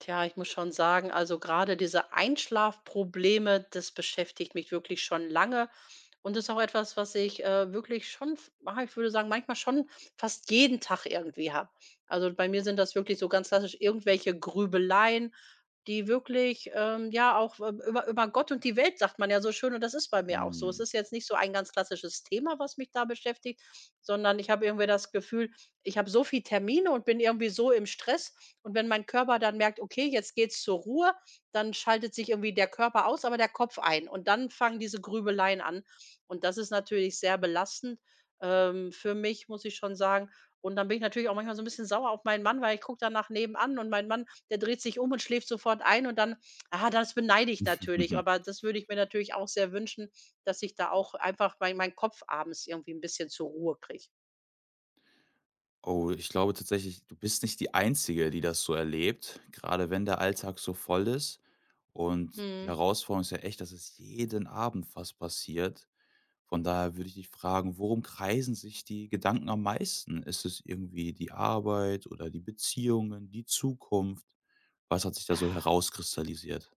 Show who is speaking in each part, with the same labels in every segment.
Speaker 1: Tja, ich muss schon sagen, also gerade diese Einschlafprobleme, das beschäftigt mich wirklich schon lange und das ist auch etwas, was ich, wirklich schon ich würde sagen, manchmal schon fast jeden Tag irgendwie habe. Also, bei mir sind das wirklich so ganz klassisch irgendwelche Grübeleien, die wirklich, ja, auch w über über Gott und die Welt sagt man ja so schön und das ist bei mir auch so. Es
Speaker 2: Mhm.
Speaker 1: ist jetzt nicht so ein ganz klassisches Thema, was mich da beschäftigt, sondern ich habe irgendwie das Gefühl, ich habe so viel Termine und bin irgendwie so im Stress und wenn mein Körper dann merkt: „Okay, jetzt geht's zur Ruhe“, dann schaltet sich irgendwie der Körper aus, aber der Kopf ein. Und dann fangen diese Grübeleien an. Und das ist natürlich sehr belastend, für mich, muss ich schon sagen. Und dann bin ich natürlich auch manchmal so ein bisschen sauer auf meinen Mann, weil ich gucke danach nebenan und mein Mann, der dreht sich um und schläft sofort ein und dann ah, das beneide ich natürlich. Aber das würde ich mir natürlich auch sehr wünschen, dass ich da auch einfach meinen Kopf abends irgendwie ein bisschen zur Ruhe kriege.
Speaker 2: Oh, ich glaube tatsächlich, du bist nicht die Einzige, die das so erlebt, gerade wenn der Alltag so voll ist. Und die
Speaker 1: Mhm.
Speaker 2: Herausforderung ist ja echt, dass es jeden Abend fast passiert. Von daher würde ich dich fragen, worum kreisen sich die Gedanken am meisten? Ist es irgendwie die Arbeit oder die Beziehungen, die Zukunft? Was hat sich da so herauskristallisiert?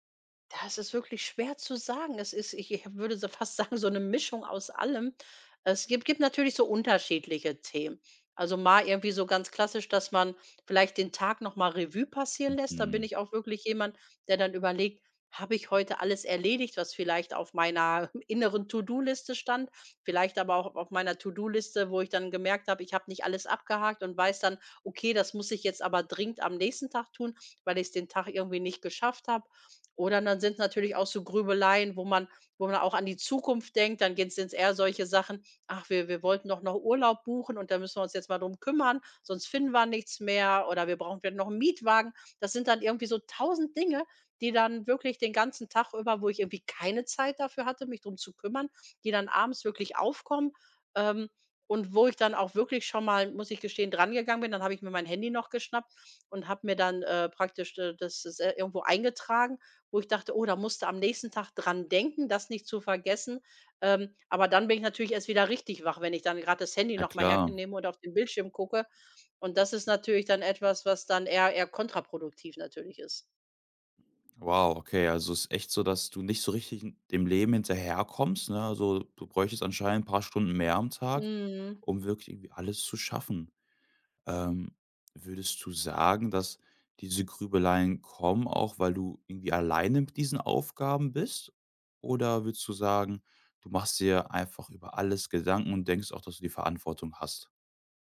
Speaker 1: Das ist wirklich schwer zu sagen. Es ist ich würde so fast sagen, so eine Mischung aus allem. Es gibt natürlich so unterschiedliche Themen. Also, mal irgendwie so ganz klassisch, dass man vielleicht den Tag noch mal Revue passieren lässt. Da bin
Speaker 2: Mhm.
Speaker 1: ich auch wirklich jemand, der dann überlegt: „Habe ich heute alles erledigt, was vielleicht auf meiner inneren To-do-Liste stand?“ Vielleicht aber auch auf meiner To-do-Liste, wo ich dann gemerkt habe, ich habe nicht alles abgehakt und weiß dann: „Okay, das muss ich jetzt aber dringend am nächsten Tag tun, weil ich's den Tag irgendwie nicht geschafft habe.“ Oder dann sind's natürlich auch so Grübeleien, wo man auch an die Zukunft denkt, dann geht's sind's eher solche Sachen: „Ach, wir wollten doch noch Urlaub buchen und da müssen wir uns jetzt mal drum kümmern, sonst finden wir nichts mehr oder wir brauchen vielleicht noch einen Mietwagen.“ Das sind dann irgendwie so tausend Dinge, die dann wirklich den ganzen Tag über wo ich irgendwie keine Zeit dafür hatte, mich drum zu kümmern, die dann abends wirklich aufkommen, ähm, und wo ich dann auch wirklich schon mal, muss ich gestehen, drangegangen bin. Dann habe ich mir mein Handy noch geschnappt und habe mir dann, praktisch, das irgendwo eingetragen, wo ich dachte: „Oh, da musst du am nächsten Tag dran denken, das nicht zu vergessen.“ Aber dann bin ich natürlich erst wieder richtig wach, wenn ich dann gerade das Handy
Speaker 2: Ja
Speaker 1: noch mal
Speaker 2: klar.
Speaker 1: hernehme und auf den Bildschirm gucke. Und das ist natürlich dann etwas, was dann eher kontraproduktiv natürlich ist.
Speaker 2: Wow, okay, also es ist echt so, dass du nicht so richtig n dem Leben hinterherkommst, ne? Also, du bräuchtest anscheinend ein paar Stunden mehr am Tag,
Speaker 1: Mhm.
Speaker 2: um wirklich irgendwie alles zu schaffen. Ähm, Würdest du sagen, dass diese Grübeleien kommen auch, weil du irgendwie alleine mit diesen Aufgaben bist? Oder würdest du sagen, du machst dir einfach über alles Gedanken und denkst auch, dass du die Verantwortung hast?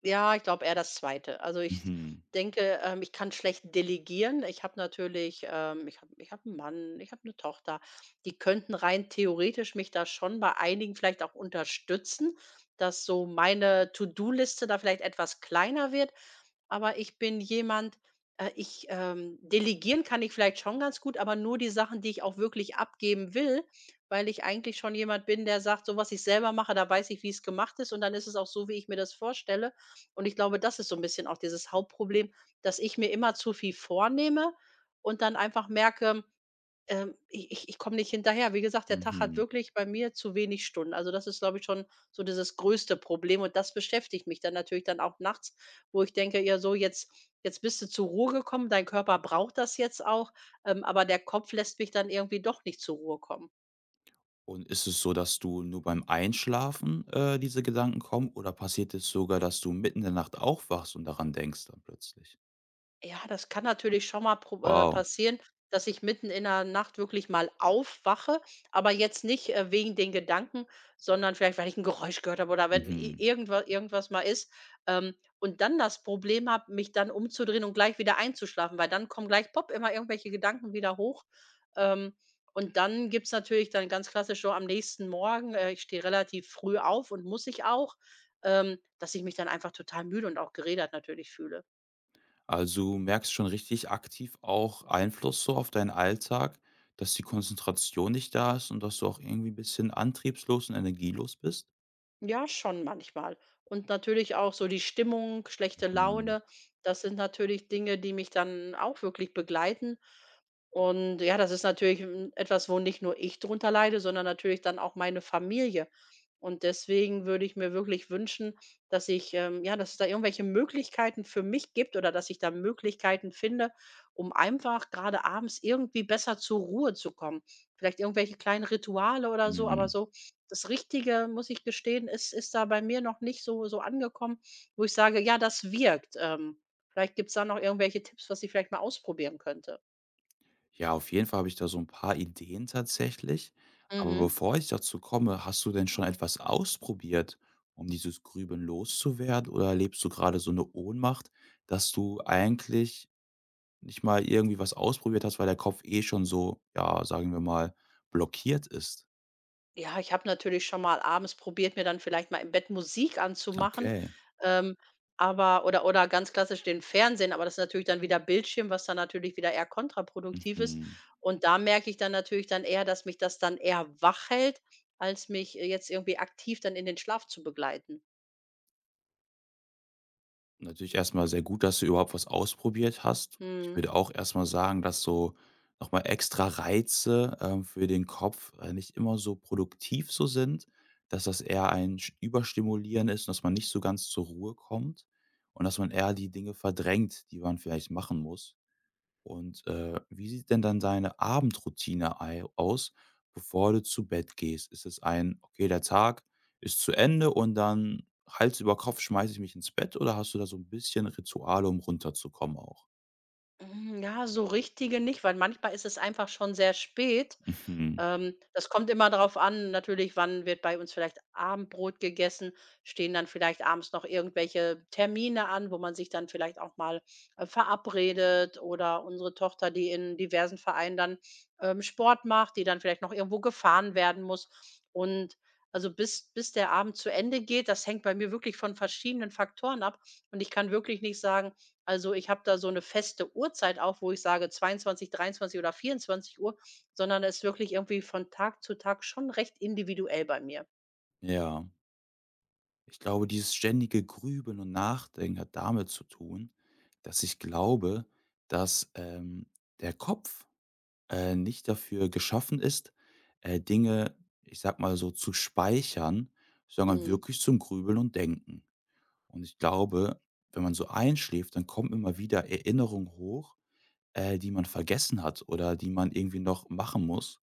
Speaker 1: Ja, ich glaube eher das Zweite. Also, ich
Speaker 2: Mhm,
Speaker 1: denke, ich kann schlecht delegieren. Ich habe natürlich ich habe einen Mann, ich habe eine Tochter. Die könnten rein theoretisch mich da schon bei einigen vielleicht auch unterstützen, dass so meine To-do-Liste da vielleicht etwas kleiner wird. Aber ich bin jemand, delegieren kann ich vielleicht schon ganz gut, aber nur die Sachen, die ich auch wirklich abgeben will, weil ich eigentlich schon jemand bin, der sagt: „So was ich selber mache, da weiß ich, wie es gemacht ist und dann ist es auch so, wie ich mir das vorstelle.“ Und ich glaube, das ist so ein bisschen auch dieses Hauptproblem, dass ich mir immer zu viel vornehme und dann einfach merke ich komme nicht hinterher. Wie gesagt, der Tag hat
Speaker 2: mhm.
Speaker 1: wirklich bei mir zu wenig Stunden. Also, das ist, glaube ich, schon so dieses größte Problem und das beschäftigt mich dann natürlich dann auch nachts, wo ich denke: „Ja, so jetzt bist du zur Ruhe gekommen, dein Körper braucht das jetzt auch“, aber der Kopf lässt mich dann irgendwie doch nicht zur Ruhe kommen.
Speaker 2: Und ist es so, dass du nur beim Einschlafen, diese Gedanken kommen oder passiert es sogar, dass du mitten in der Nacht aufwachst und daran denkst dann plötzlich?
Speaker 1: Ja, das kann natürlich schon mal prob
Speaker 2: Wow.
Speaker 1: passieren, dass ich mitten in der Nacht wirklich mal aufwache, aber jetzt nicht, wegen den Gedanken, sondern vielleicht, weil ich ein Geräusch gehört habe oder wenn i
Speaker 2: Mhm.
Speaker 1: irgendwa irgendwas mal ist, und dann das Problem habe, mich dann umzudrehen und gleich wieder einzuschlafen, weil dann kommen gleich pop immer irgendwelche Gedanken wieder hoch. Ähm, und dann gibt's natürlich dann ganz klassisch so am nächsten Morgen ich stehe relativ früh auf und muss ich auch, dass ich mich dann einfach total müde und auch gerädert natürlich fühle.
Speaker 2: Also, du merkst schon richtig aktiv auch Einfluss so auf deinen Alltag, dass die Konzentration nicht da ist und dass du auch irgendwie 'n bisschen antriebslos und energielos bist?
Speaker 1: Ja, schon manchmal. Und natürlich auch so die Stimmung, schlechte
Speaker 2: Mhm.
Speaker 1: Laune, das sind natürlich Dinge, die mich dann auch wirklich begleiten. Und ja, das ist natürlich 'n etwas, wo nicht nur ich drunter leide, sondern natürlich dann auch meine Familie. Und deswegen würde ich mir wirklich wünschen, dass ich ja, dass es da irgendwelche Möglichkeiten für mich gibt oder dass ich da Möglichkeiten finde, um einfach gerade abends irgendwie besser zur Ruhe zu kommen. Vielleicht irgendwelche kleinen Rituale oder so, aber
Speaker 2: Mhm.
Speaker 1: so das Richtige, muss ich gestehen, ist da bei mir noch nicht so angekommen, wo ich sage: „Ja, das wirkt.“ Vielleicht gibt es da noch irgendwelche Tipps, was ich vielleicht mal ausprobieren könnte.
Speaker 2: Ja, auf jeden Fall habe ich da so ein paar Ideen tatsächlich. Aber
Speaker 1: Mhm.
Speaker 2: bevor ich dazu komme, hast du denn schon etwas ausprobiert, um dieses Grübeln loszuwerden? Oder erlebst du gerade so eine Ohnmacht, dass du eigentlich nicht mal irgendwie was ausprobiert hast, weil der Kopf eh schon so, ja, sagen wir mal, blockiert ist?
Speaker 1: Ja, ich habe natürlich schon mal abends probiert, mir dann vielleicht mal im Bett Musik anzumachen,
Speaker 2: Okay,
Speaker 1: ähm, oder ganz klassisch den Fernsehen, aber das ist natürlich dann wieder Bildschirm, was dann natürlich wieder eher kontraproduktiv ist.
Speaker 2: mhm.
Speaker 1: Und da merke ich dann natürlich dann eher, dass mich das dann eher wach hält, als mich, jetzt irgendwie aktiv dann in den Schlaf zu begleiten.
Speaker 2: Natürlich erstmal sehr gut, dass du überhaupt was ausprobiert hast. Ich
Speaker 1: Mhm.
Speaker 2: würde auch erstmal sagen, dass so nochmal extra Reize, für den Kopf, nicht immer so produktiv so sind, dass das eher ein Sch Überstimulieren ist und dass man nicht so ganz zur Ruhe kommt und dass man eher die Dinge verdrängt, die man vielleicht machen muss. Und, wie sieht denn dann deine Abendroutine ei aus, bevor du zu Bett gehst? Ist es ein: „Okay, der Tag ist zu Ende und dann Hals über Kopf schmeiße ich mich ins Bett“, oder hast du da so ein bisschen Rituale, um runterzukommen auch?
Speaker 1: Hm, ja, so richtige nicht, weil manchmal ist es einfach schon sehr spät.
Speaker 2: Mhm,
Speaker 1: Das kommt immer darauf an, natürlich, wann wird bei uns vielleicht Abendbrot gegessen, stehen dann vielleicht abends noch irgendwelche Termine an, wo man sich dann vielleicht auch mal verabredet oder unsere Tochter, die in diversen Vereinen dann Sport macht, die dann vielleicht noch irgendwo gefahren werden muss. Und also bis der Abend zu Ende geht, das hängt bei mir wirklich von verschiedenen Faktoren ab. Und ich kann wirklich nicht sagen, also ich habe da so eine feste Uhrzeit auch, wo ich sage 22, 23 oder 24 Uhr, sondern es ist wirklich irgendwie von Tag zu Tag schon recht individuell bei mir.
Speaker 2: ja. Ich glaube, dieses ständige Grübeln und Nachdenken hat damit zu tun, dass ich glaube, dass, der Kopf nicht dafür geschaffen ist, Dinge, ich sag mal so, zu speichern, sondern
Speaker 1: Mhm.
Speaker 2: wirklich zum Grübeln und Denken. Und ich glaube, wenn man so einschläft, dann kommen immer wieder Erinnerungen hoch, die man vergessen hat oder die man irgendwie noch machen muss.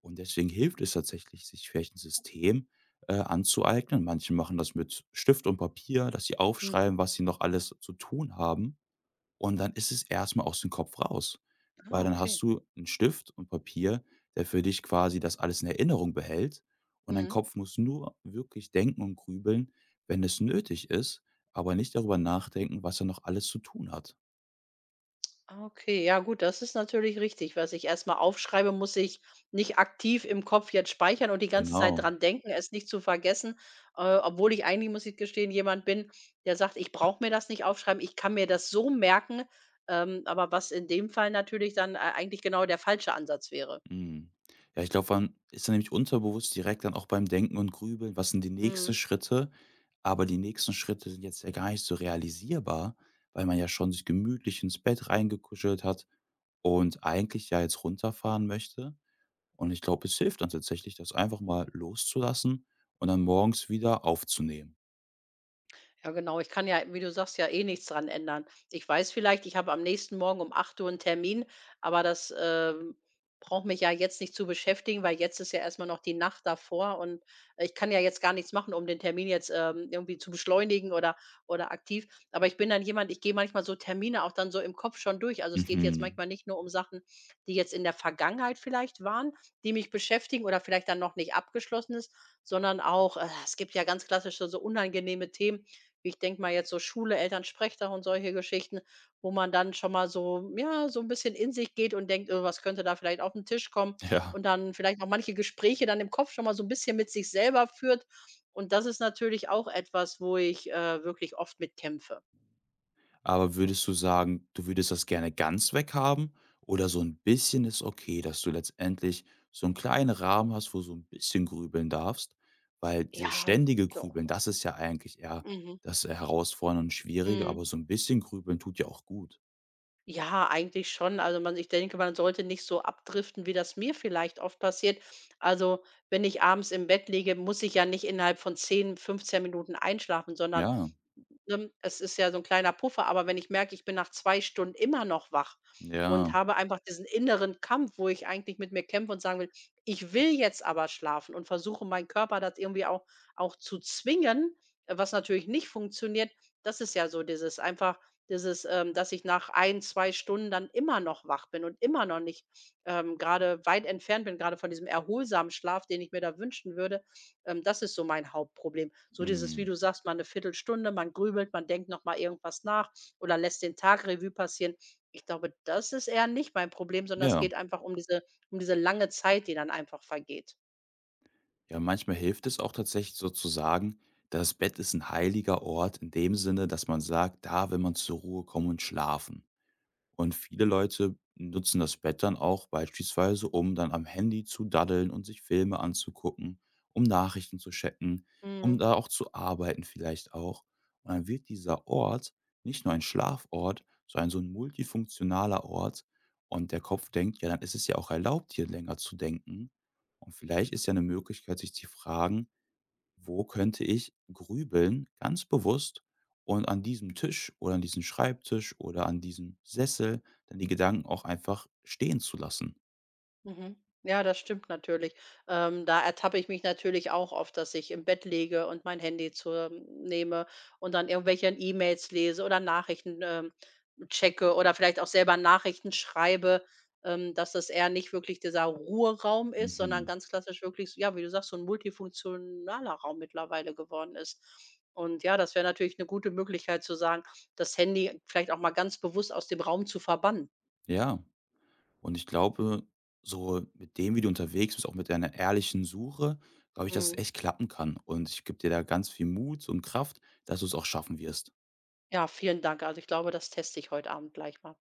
Speaker 2: Und deswegen hilft es tatsächlich, sich vielleicht ein System anzueignen. Manche machen das mit Stift und Papier, dass sie
Speaker 1: Mhm.
Speaker 2: aufschreiben, was sie noch alles zu tun haben. Und dann ist es erstmal aus dem Kopf raus, weil
Speaker 1: Ah,
Speaker 2: dann hast
Speaker 1: okay.
Speaker 2: du 'n Stift und Papier, der für dich quasi das alles in Erinnerung behält und dein
Speaker 1: Mhm.
Speaker 2: Kopf muss nur wirklich denken und grübeln, wenn es nötig ist, aber nicht darüber nachdenken, was er noch alles zu tun hat.
Speaker 1: Ah, okay. Ja gut, das ist natürlich richtig. Was ich erstmal aufschreibe, muss ich nicht aktiv im Kopf jetzt speichern und die ganze Zeit
Speaker 2: Genau.
Speaker 1: dran denken, es nicht zu vergessen. Obwohl ich eigentlich, muss ich gestehen, jemand bin, der sagt: „Ich brauche mir das nicht aufschreiben, ich kann mir das so merken.“ Aber was in dem Fall natürlich dann, eigentlich genau der falsche Ansatz wäre.
Speaker 2: Mhm. Ja, ich glaube, man ist dann nämlich unterbewusst direkt dann auch beim Denken und Grübeln, was sind die nächsten
Speaker 1: Mhm.
Speaker 2: Schritte? Aber die nächsten Schritte sind jetzt ja gar nicht so realisierbar, weil man ja schon sich gemütlich ins Bett reingekuschelt hat und eigentlich ja jetzt runterfahren möchte. Und ich glaube, es hilft dann tatsächlich, das einfach mal loszulassen und dann morgens wieder aufzunehmen.
Speaker 1: Ja, genau. Ich kann ja, wie du sagst, ja eh nichts dran ändern. Ich weiß vielleicht, ich habe am nächsten Morgen um 8 Uhr einen Termin, aber das, braucht mich ja jetzt nicht zu beschäftigen, weil jetzt ist ja erstmal noch die Nacht davor und ich kann ja jetzt gar nichts machen, um den Termin jetzt, irgendwie zu beschleunigen oder aktiv. Aber ich bin dann jemand, ich gehe manchmal so Termine auch dann so im Kopf schon durch. Also, es geht jetzt
Speaker 2: Mhm.
Speaker 1: manchmal nicht nur um Sachen, die jetzt in der Vergangenheit vielleicht waren, die mich beschäftigen oder vielleicht dann noch nicht abgeschlossen ist, sondern auch, es gibt ja ganz klassisch so unangenehme Themen, ich denke mal jetzt so Schule, Elternsprechtag und solche Geschichten, wo man dann schon mal so ja, so ein bisschen in sich geht und denkt: was könnte da vielleicht auf den Tisch kommen?“
Speaker 2: Ja.
Speaker 1: Und dann vielleicht auch manche Gespräche dann im Kopf schon mal so ein bisschen mit sich selber führt. Und das ist natürlich auch etwas, wo ich, wirklich oft mit kämpfe.
Speaker 2: Aber würdest du sagen, du würdest das gerne ganz weghaben oder so ein bisschen ist okay, dass du letztendlich so 'n kleinen Rahmen hast, wo du so ein bisschen grübeln darfst? Weil dieses
Speaker 1: Ja,
Speaker 2: ständige Grübeln,
Speaker 1: doch.
Speaker 2: das ist ja eigentlich eher
Speaker 1: Mhm.
Speaker 2: das Herausfordernde und Schwierige,
Speaker 1: Mhm.
Speaker 2: aber so ein bisschen grübeln tut ja auch gut.
Speaker 1: Ja, eigentlich schon. Also, man ich denke, man sollte nicht so abdriften, wie das mir vielleicht oft passiert. Also, wenn ich abends im Bett liege, muss ich ja nicht innerhalb von 10, 15 Minuten einschlafen, sondern
Speaker 2: Ja,
Speaker 1: Ne, es ist ja so 'n kleiner Puffer, aber wenn ich merke, ich bin nach 2 Stunden immer noch wach und
Speaker 2: ja,
Speaker 1: habe einfach diesen inneren Kampf, wo ich eigentlich mit mir kämpfe und sagen will: „Ich will jetzt aber schlafen“ und versuche, meinen Körper das irgendwie auch zu zwingen, was natürlich nicht funktioniert. Das ist ja so dieses, dass ich nach 1, 2 Stunden dann immer noch wach bin und immer noch nicht, grade weit entfernt bin, grade von diesem erholsamen Schlaf, den ich mir da wünschen würde, das ist so mein Hauptproblem. So dieses, wie
Speaker 2: mhm,
Speaker 1: du sagst, mal eine Viertelstunde, man grübelt, man denkt noch mal irgendwas nach oder lässt den Tag Revue passieren. Ich glaube, das ist eher nicht mein Problem, sondern es
Speaker 2: ja.
Speaker 1: geht einfach um diese lange Zeit, die dann einfach vergeht.
Speaker 2: Ja, manchmal hilft es auch tatsächlich so zu sagen, das Bett ist ein heiliger Ort in dem Sinne, dass man sagt, da will man zur Ruhe kommen und schlafen. Und viele Leute nutzen das Bett dann auch beispielsweise, um dann am Handy zu daddeln und sich Filme anzugucken, um Nachrichten zu checken, um
Speaker 1: Mhm.
Speaker 2: da auch zu arbeiten vielleicht auch. Und dann wird dieser Ort nicht nur ein Schlafort, sondern so ein multifunktionaler Ort. Und der Kopf denkt, ja, dann ist es ja auch erlaubt, hier länger zu denken. Und vielleicht ist ja eine Möglichkeit, sich zu fragen, wo könnte ich grübeln, ganz bewusst und an diesem Tisch oder an diesem Schreibtisch oder an diesem Sessel dann die Gedanken auch einfach stehen zu lassen?
Speaker 1: Mhm. Ja, das stimmt natürlich. Da ertappe ich mich natürlich auch oft, dass ich im Bett liege und mein Handy nehme und dann irgendwelche E-Mails lese oder Nachrichten, checke oder vielleicht auch selber Nachrichten schreibe, dass das eher nicht wirklich dieser Ruheraum ist, sondern
Speaker 2: Mhm.
Speaker 1: ganz klassisch wirklich, ja, wie du sagst, so ein multifunktionaler Raum mittlerweile geworden ist. Und ja, das wäre natürlich eine gute Möglichkeit zu sagen, das Handy vielleicht auch mal ganz bewusst aus dem Raum zu verbannen.
Speaker 2: Ja, und ich glaube, so mit dem, wie du unterwegs bist, auch mit deiner ehrlichen Suche, glaube ich, dass es
Speaker 1: Mhm.
Speaker 2: echt klappen kann. Und ich gebe dir da ganz viel Mut und Kraft, dass du es auch schaffen wirst.
Speaker 1: Ja, vielen Dank. Also, ich glaube, das teste ich heute Abend gleich mal.